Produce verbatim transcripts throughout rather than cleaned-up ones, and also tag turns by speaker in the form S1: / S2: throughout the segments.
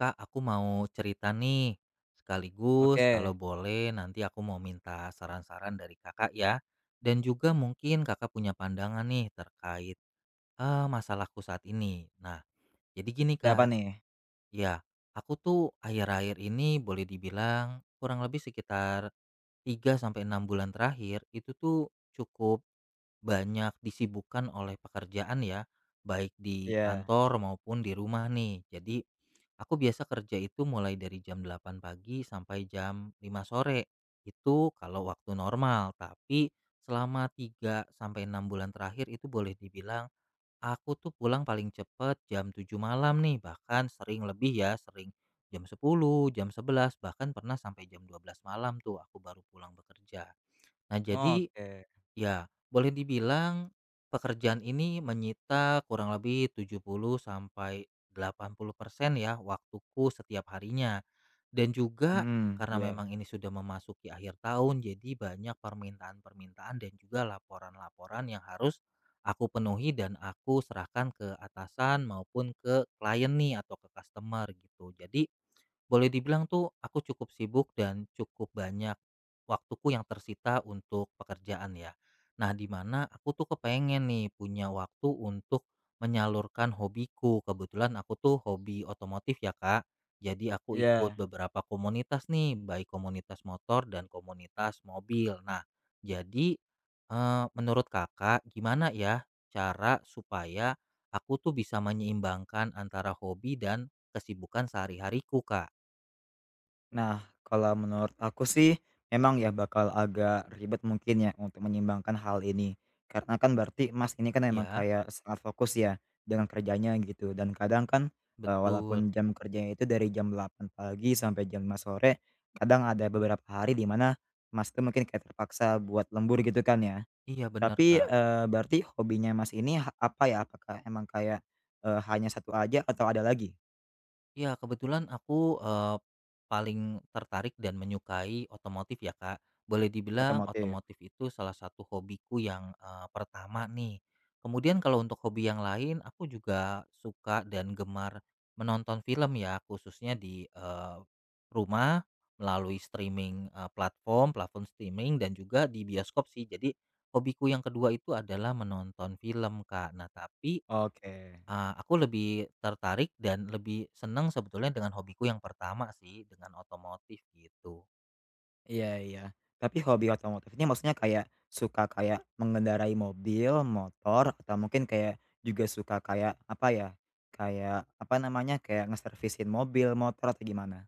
S1: Kak, aku mau cerita nih. Sekaligus
S2: Oke,
S1: kalau boleh nanti aku mau minta saran-saran dari kakak ya. Dan juga mungkin kakak punya pandangan nih terkait eh, masalahku saat ini. Nah, jadi gini
S2: ada apa
S1: kak,
S2: nih?
S1: ya aku tuh akhir-akhir ini boleh dibilang kurang lebih sekitar tiga sampai enam bulan terakhir itu tuh cukup banyak disibukkan oleh pekerjaan ya, baik di
S2: Iya.
S1: kantor maupun di rumah nih. Jadi aku biasa kerja itu mulai dari jam delapan pagi sampai jam lima sore. Itu kalau waktu normal, tapi selama tiga sampai enam bulan terakhir itu boleh dibilang aku tuh pulang paling cepet jam tujuh malam nih, bahkan sering lebih ya, sering jam sepuluh jam sebelas bahkan pernah sampai jam dua belas malam tuh aku baru pulang bekerja. Nah, jadi
S2: Oke,
S1: ya, boleh dibilang pekerjaan ini menyita kurang lebih tujuh puluh sampai delapan puluh persen ya waktuku setiap harinya. Dan juga
S2: hmm,
S1: karena
S2: iya.
S1: memang ini sudah memasuki akhir tahun, jadi banyak permintaan-permintaan dan juga laporan-laporan yang harus aku penuhi dan aku serahkan ke atasan maupun ke klien nih atau ke customer gitu. Jadi boleh dibilang tuh aku cukup sibuk dan cukup banyak waktuku yang tersita untuk pekerjaan ya. Nah, di mana aku tuh kepengen nih punya waktu untuk menyalurkan hobiku. Kebetulan aku tuh hobi otomotif ya, Kak. Jadi aku ikut
S2: Iya.
S1: beberapa komunitas nih, baik komunitas motor dan komunitas mobil. Nah, jadi eh, menurut Kakak gimana ya cara supaya aku tuh bisa menyeimbangkan antara hobi dan kesibukan sehari-hariku, Kak?
S2: Nah, kalau menurut aku sih memang ya bakal agak ribet mungkin ya untuk menyeimbangkan hal ini. Karena kan berarti Mas ini kan emang
S1: Iya,
S2: kayak sangat fokus ya dengan kerjanya gitu dan kadang kan, eee,
S1: betul.
S2: walaupun jam kerjanya itu dari jam delapan pagi sampai jam lima sore, kadang ada beberapa hari di mana Mas tuh mungkin kayak terpaksa buat lembur gitu kan ya.
S1: Iya benar,
S2: Tapi,
S1: Kak.
S2: eee, berarti hobinya Mas ini ha apa ya? Apakah emang kayak, eee, hanya satu aja atau ada lagi?
S1: Iya, kebetulan aku, eee, paling tertarik dan menyukai otomotif ya, Kak. Boleh dibilang
S2: Otomotif.
S1: otomotif itu salah satu hobiku yang, eee, pertama nih. Kemudian kalau untuk hobi yang lain, aku juga suka dan gemar menonton film ya, khususnya di, eee, rumah melalui streaming, eee, platform platform streaming dan juga di bioskop sih. Jadi hobiku yang kedua itu adalah menonton film, Kak. Nah, tapi
S2: Oke.
S1: Eee, aku lebih tertarik dan lebih senang sebetulnya dengan hobiku yang pertama sih, dengan otomotif gitu.
S2: Iya, iya. Tapi hobi otomotifnya maksudnya kayak suka kayak mengendarai mobil, motor, atau mungkin kayak juga suka kayak apa ya, kayak apa namanya, kayak ngeservisin mobil, motor, atau gimana?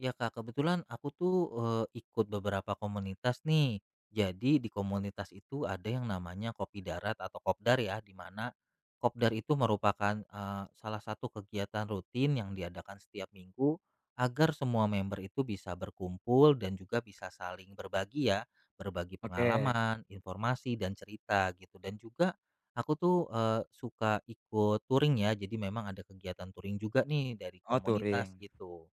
S1: Ya Kak, kebetulan aku tuh, eee, ikut beberapa komunitas nih. Jadi di komunitas itu ada yang namanya Kopi Darat atau Kopdar ya, di mana Kopdar itu merupakan, eee, salah satu kegiatan rutin yang diadakan setiap minggu agar semua member itu bisa berkumpul dan juga bisa saling berbagi ya, berbagi
S2: Oke.
S1: pengalaman, informasi, dan cerita gitu. Dan juga aku tuh, eee, suka ikut touring ya, jadi memang ada kegiatan touring juga nih dari
S2: Oh,
S1: komunitas
S2: touring.
S1: gitu.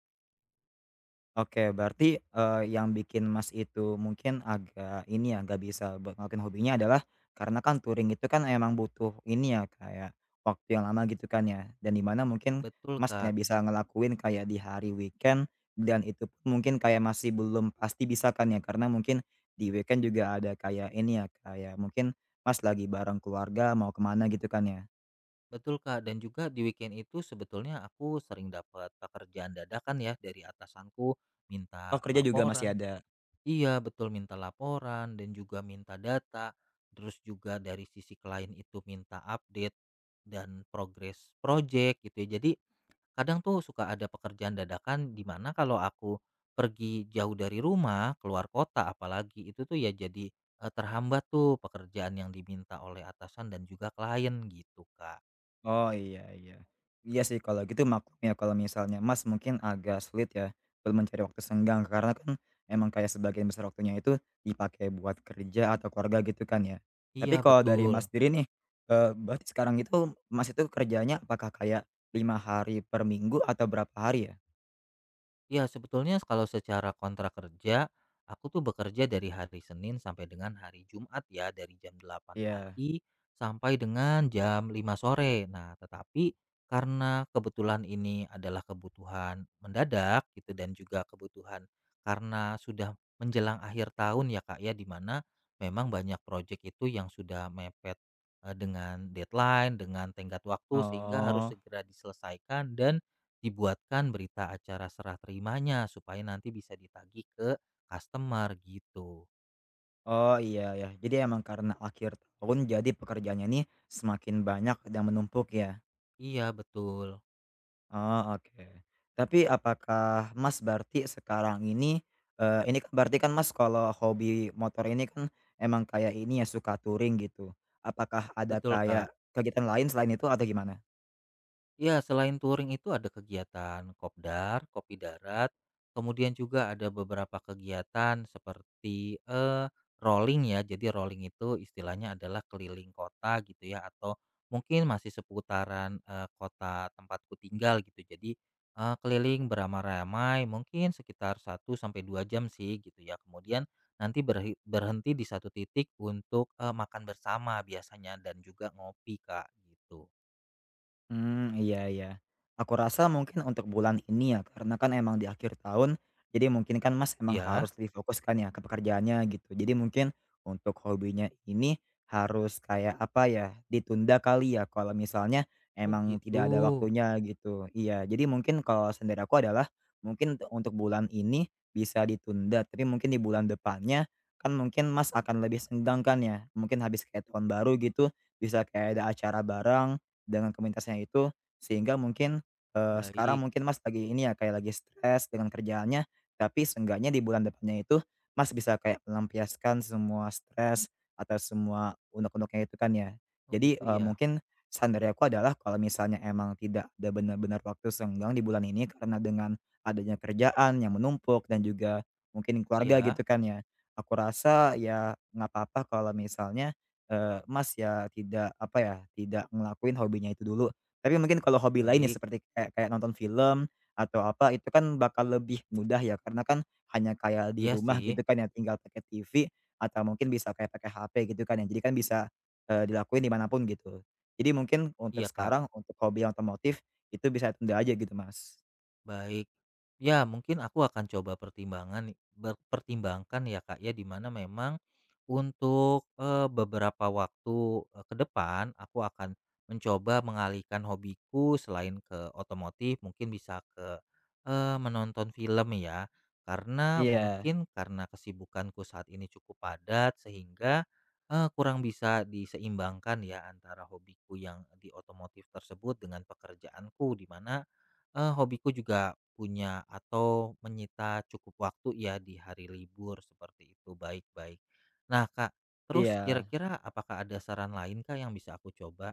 S2: Oke, berarti, eee, yang bikin Mas itu mungkin agak ini ya, nggak bisa buat ngelakuin hobinya adalah karena kan touring itu kan emang butuh ini ya, kayak waktu yang lama gitu kan ya, dan di mana mungkin
S1: Betul
S2: Mas
S1: Kak.
S2: hanya bisa ngelakuin kayak di hari weekend dan itu pun mungkin kayak masih belum pasti bisa kan ya, karena mungkin di weekend juga ada kayak ini ya, kayak mungkin Mas lagi bareng keluarga mau kemana gitu kan ya.
S1: Betul Kak, dan juga di weekend itu sebetulnya aku sering dapat pekerjaan dadakan ya dari atasanku minta
S2: Oh, kerja juga
S1: laporan.
S2: masih ada?
S1: Iya, betul minta laporan dan juga minta data. Terus juga dari sisi klien itu minta update dan progres project gitu ya. Jadi kadang tuh suka ada pekerjaan dadakan di mana kalau aku pergi jauh dari rumah, keluar kota apalagi itu tuh ya jadi eh, terhambat tuh pekerjaan yang diminta oleh atasan dan juga klien gitu Kak.
S2: Oh, iya, iya. Iya sih kalau gitu maklum ya kalau misalnya Mas mungkin agak sulit ya buat mencari waktu senggang karena kan emang kayak sebagian besar waktunya itu dipakai buat kerja atau keluarga gitu kan ya.
S1: Iya
S2: Tapi kalau dari
S1: betul.
S2: Mas sendiri nih, eee, berarti sekarang itu Mas itu kerjanya apakah kayak lima hari per minggu atau berapa hari ya?
S1: Iya sebetulnya kalau secara kontrak kerja, aku tuh bekerja dari hari Senin sampai dengan hari Jumat ya, dari jam delapan
S2: Iya.
S1: pagi sampai dengan jam lima sore. Nah, tetapi karena kebetulan ini adalah kebutuhan mendadak gitu dan juga kebutuhan karena sudah menjelang akhir tahun ya Kak ya, di mana memang banyak proyek itu yang sudah mepet eh, dengan deadline, dengan tenggat waktu sehingga harus
S2: Oh.
S1: segera diselesaikan dan dibuatkan berita acara serah terimanya supaya nanti bisa ditagih ke customer gitu.
S2: Oh, iya, ya. Jadi emang karena akhir tahun jadi pekerjaannya nih semakin banyak dan menumpuk ya?
S1: Iya betul,
S2: Oh, oke. Tapi apakah Mas berarti sekarang ini, eee, ini kan berarti kan Mas kalau hobi motor ini kan emang kayak ini ya, suka touring gitu. Apakah ada
S1: betul, Kak.
S2: kayak kegiatan lain selain itu atau gimana?
S1: Ya selain touring itu ada kegiatan kopdar, kopi darat, kemudian juga ada beberapa kegiatan seperti eh, rolling ya. Jadi rolling itu istilahnya adalah keliling kota gitu ya atau mungkin masih seputaran eh, kota tempatku tinggal gitu. Jadi eh, keliling beramai-ramai mungkin sekitar satu sampai dua jam sih gitu ya. Kemudian nanti berhe- berhenti di satu titik untuk eh, makan bersama biasanya dan juga ngopi, Kak, gitu.
S2: Hmm, iya, iya. Aku rasa mungkin untuk bulan ini ya, karena kan emang di akhir tahun, jadi mungkin kan Mas emang
S1: Iya.
S2: harus lebih difokuskan ya ke pekerjaannya gitu. Jadi mungkin untuk hobinya ini harus kayak apa ya, ditunda kali ya kalau misalnya
S1: Oh
S2: emang
S1: gitu,
S2: tidak ada waktunya gitu. Iya, jadi mungkin kalau saran aku adalah mungkin untuk untuk bulan ini bisa ditunda, tapi mungkin di bulan depannya kan mungkin Mas akan lebih senggang kan ya, mungkin habis kayak tahun baru gitu, bisa kayak ada acara bareng dengan komunitasnya itu, sehingga mungkin, eee, sekarang
S1: baik.
S2: mungkin Mas lagi ini ya, kayak lagi stres dengan kerjaannya, tapi seenggaknya di bulan depannya itu Mas bisa kayak melampiaskan semua stres atau semua unek-uneknya itu kan ya.
S1: Oh
S2: Jadi,
S1: gitu
S2: eee,
S1: ya?
S2: mungkin saran dari aku adalah kalau misalnya emang tidak ada benar-benar waktu senggang di bulan ini karena dengan adanya kerjaan yang menumpuk dan juga mungkin keluarga
S1: Iya,
S2: gitu kan ya, aku rasa ya nggak apa-apa kalau misalnya Eee, Mas, ya tidak, apa ya, tidak ngelakuin hobinya itu dulu. Tapi mungkin kalau hobi lain ya
S1: baik.
S2: seperti kayak kayak nonton film atau apa itu kan bakal lebih mudah ya karena kan hanya kayak di
S1: Iya
S2: rumah
S1: sih,
S2: gitu kan ya tinggal pakai T V atau mungkin bisa kayak pakai H P gitu kan ya. Jadi kan bisa, eee, dilakuin dimanapun gitu. Jadi mungkin untuk
S1: iya Kak.
S2: sekarang untuk hobi yang otomotif itu bisa ditunda aja gitu, Mas.
S1: Baik. Ya, mungkin aku akan coba pertimbangan ber- pertimbangkan ya Kak ya di mana memang untuk eh, beberapa waktu eh, ke depan aku akan mencoba mengalihkan hobiku selain ke otomotif mungkin bisa ke eh, menonton film ya. Karena
S2: Iya,
S1: mungkin karena kesibukanku saat ini cukup padat sehingga eh, kurang bisa diseimbangkan ya antara hobiku yang di otomotif tersebut dengan pekerjaanku di mana Eee, hobiku juga punya atau menyita cukup waktu ya di hari libur seperti itu, baik baik. Nah, Kak, terus
S2: iya.
S1: kira-kira apakah ada saran lain Kak yang bisa aku coba?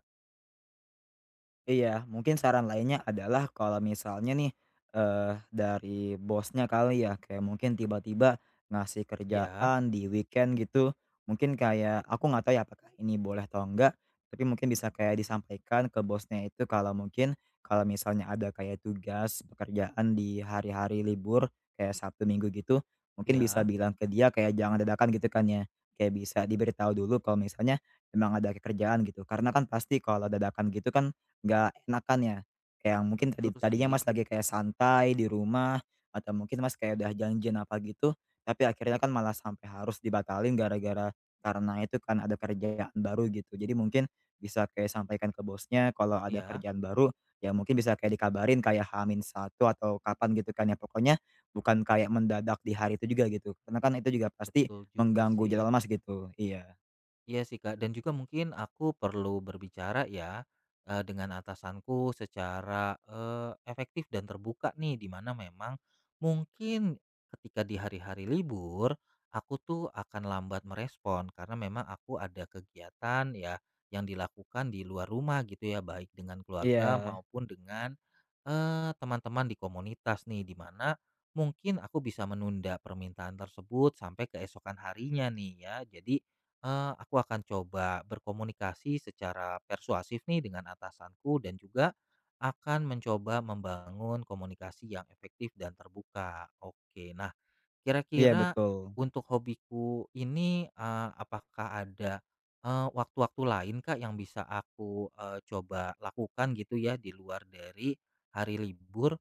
S2: Iya, mungkin saran lainnya adalah kalau misalnya nih, eee, dari bosnya kali ya, kayak mungkin tiba-tiba ngasih
S1: Ya,
S2: kerjaan di weekend gitu, mungkin kayak aku nggak tahu ya apakah ini boleh atau enggak, tapi mungkin bisa kayak disampaikan ke bosnya itu kalau mungkin kalau misalnya ada kayak tugas pekerjaan di hari-hari libur, kayak Sabtu, Minggu gitu, mungkin bisa
S1: iya,
S2: bilang ke dia kayak jangan dadakan gitu kan ya, kayak bisa diberitahu dulu kalau misalnya memang ada kerjaan gitu. Karena kan pasti kalau dadakan gitu kan nggak enakan ya? Kayak yang mungkin tadi
S1: betul
S2: tadinya
S1: sih.
S2: Mas lagi kayak santai di rumah atau mungkin Mas kayak udah janjian apa gitu, tapi akhirnya kan malah sampai harus dibatalin gara-gara karena itu kan ada kerjaan baru gitu. Jadi mungkin bisa kayak sampaikan ke bosnya kalau ada
S1: Iya,
S2: kerjaan baru, ya mungkin bisa kayak dikabarin kayak hamin satu atau kapan gitu kan ya. Pokoknya bukan kayak mendadak di hari itu juga gitu, karena kan itu juga pasti
S1: betul juga
S2: mengganggu
S1: sih.
S2: jadwal Mas gitu. Iya.
S1: Iya sih, Kak, dan juga mungkin aku perlu berbicara ya, eee, dengan atasanku secara, eee, efektif dan terbuka nih, di mana memang mungkin ketika di hari-hari libur, aku tuh akan lambat merespon karena memang aku ada kegiatan ya, yang dilakukan di luar rumah gitu ya, baik dengan keluarga
S2: Iya.
S1: maupun dengan, eee, teman-teman di komunitas nih, di mana mungkin aku bisa menunda permintaan tersebut sampai keesokan harinya nih ya. Jadi Eee, aku akan coba berkomunikasi secara persuasif nih dengan atasanku dan juga akan mencoba membangun komunikasi yang efektif dan terbuka. Oke, nah
S2: Iya,
S1: kira-kira
S2: betul.
S1: untuk hobiku ini, eee, apakah ada, eee, waktu-waktu lain Kak yang bisa aku, eee, coba lakukan gitu ya di luar dari hari libur?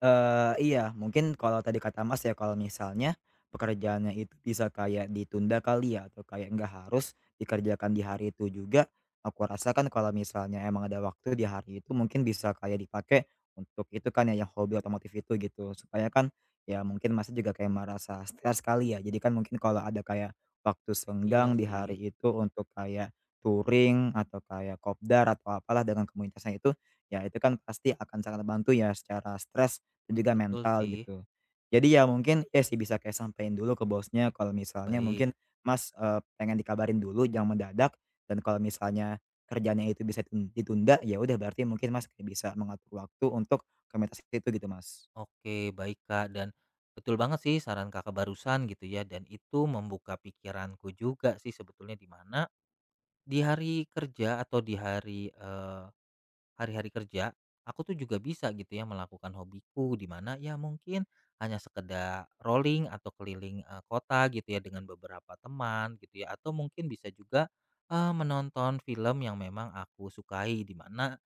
S2: Eee, iya, mungkin kalau tadi kata Mas ya, kalau misalnya pekerjaannya itu bisa kayak ditunda kali ya, atau kayak nggak harus dikerjakan di hari itu juga, aku rasa kan kalau misalnya emang ada waktu di hari itu mungkin bisa kayak dipakai untuk itu kan ya, yang hobi otomotif itu gitu. Supaya kan ya mungkin Masnya juga kayak merasa stres kali ya, jadi kan mungkin kalau ada kayak waktu
S1: Iya
S2: senggang di
S1: sih,
S2: hari itu untuk kayak touring atau kayak kopdar atau apalah dengan komunitasnya itu, ya itu kan pasti akan sangat membantu ya secara stres dan juga
S1: betul
S2: mental
S1: sih.
S2: gitu. Jadi ya mungkin ya sih bisa kayak sampein dulu ke bosnya kalau misalnya
S1: Baik.
S2: mungkin Mas, eee, pengen dikabarin dulu jangan mendadak dan kalau misalnya kerjanya itu bisa tun ditunda ya udah berarti mungkin Mas kayak bisa mengatur waktu untuk komunitas itu gitu, Mas.
S1: Oke, baik Kak, dan betul banget sih saran Kakak barusan gitu ya, dan itu membuka pikiranku juga sih sebetulnya di mana di hari kerja atau di hari eh, hari-hari kerja, aku tuh juga bisa gitu ya melakukan hobiku di mana ya mungkin hanya sekedar rolling atau keliling eh, kota gitu ya dengan beberapa teman gitu ya, atau mungkin bisa juga eh, menonton film yang memang aku sukai di mana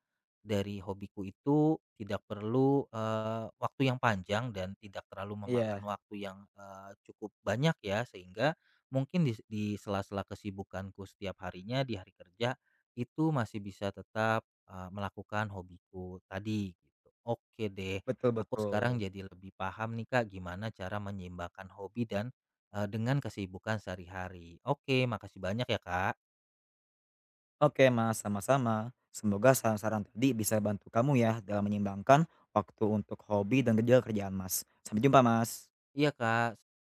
S1: dari hobiku itu tidak perlu, eee, waktu yang panjang dan tidak terlalu memakan
S2: Iya,
S1: waktu yang, eee, cukup banyak ya sehingga mungkin dis di sela-sela kesibukanku setiap harinya di hari kerja itu masih bisa tetap, eee, melakukan hobiku tadi gitu. Oke deh,
S2: betul,
S1: aku sekarang
S2: betul.
S1: jadi lebih paham nih Kak gimana cara menyeimbangkan hobi dan, eee, dengan kesibukan sehari-hari. Oke makasih banyak ya Kak.
S2: Oke, Mas, sama-sama. Semoga saran-saran tadi bisa bantu kamu ya dalam menyeimbangkan waktu untuk hobi dan juga kerjaan, Mas. Sampai jumpa, Mas.
S1: Iya Kak.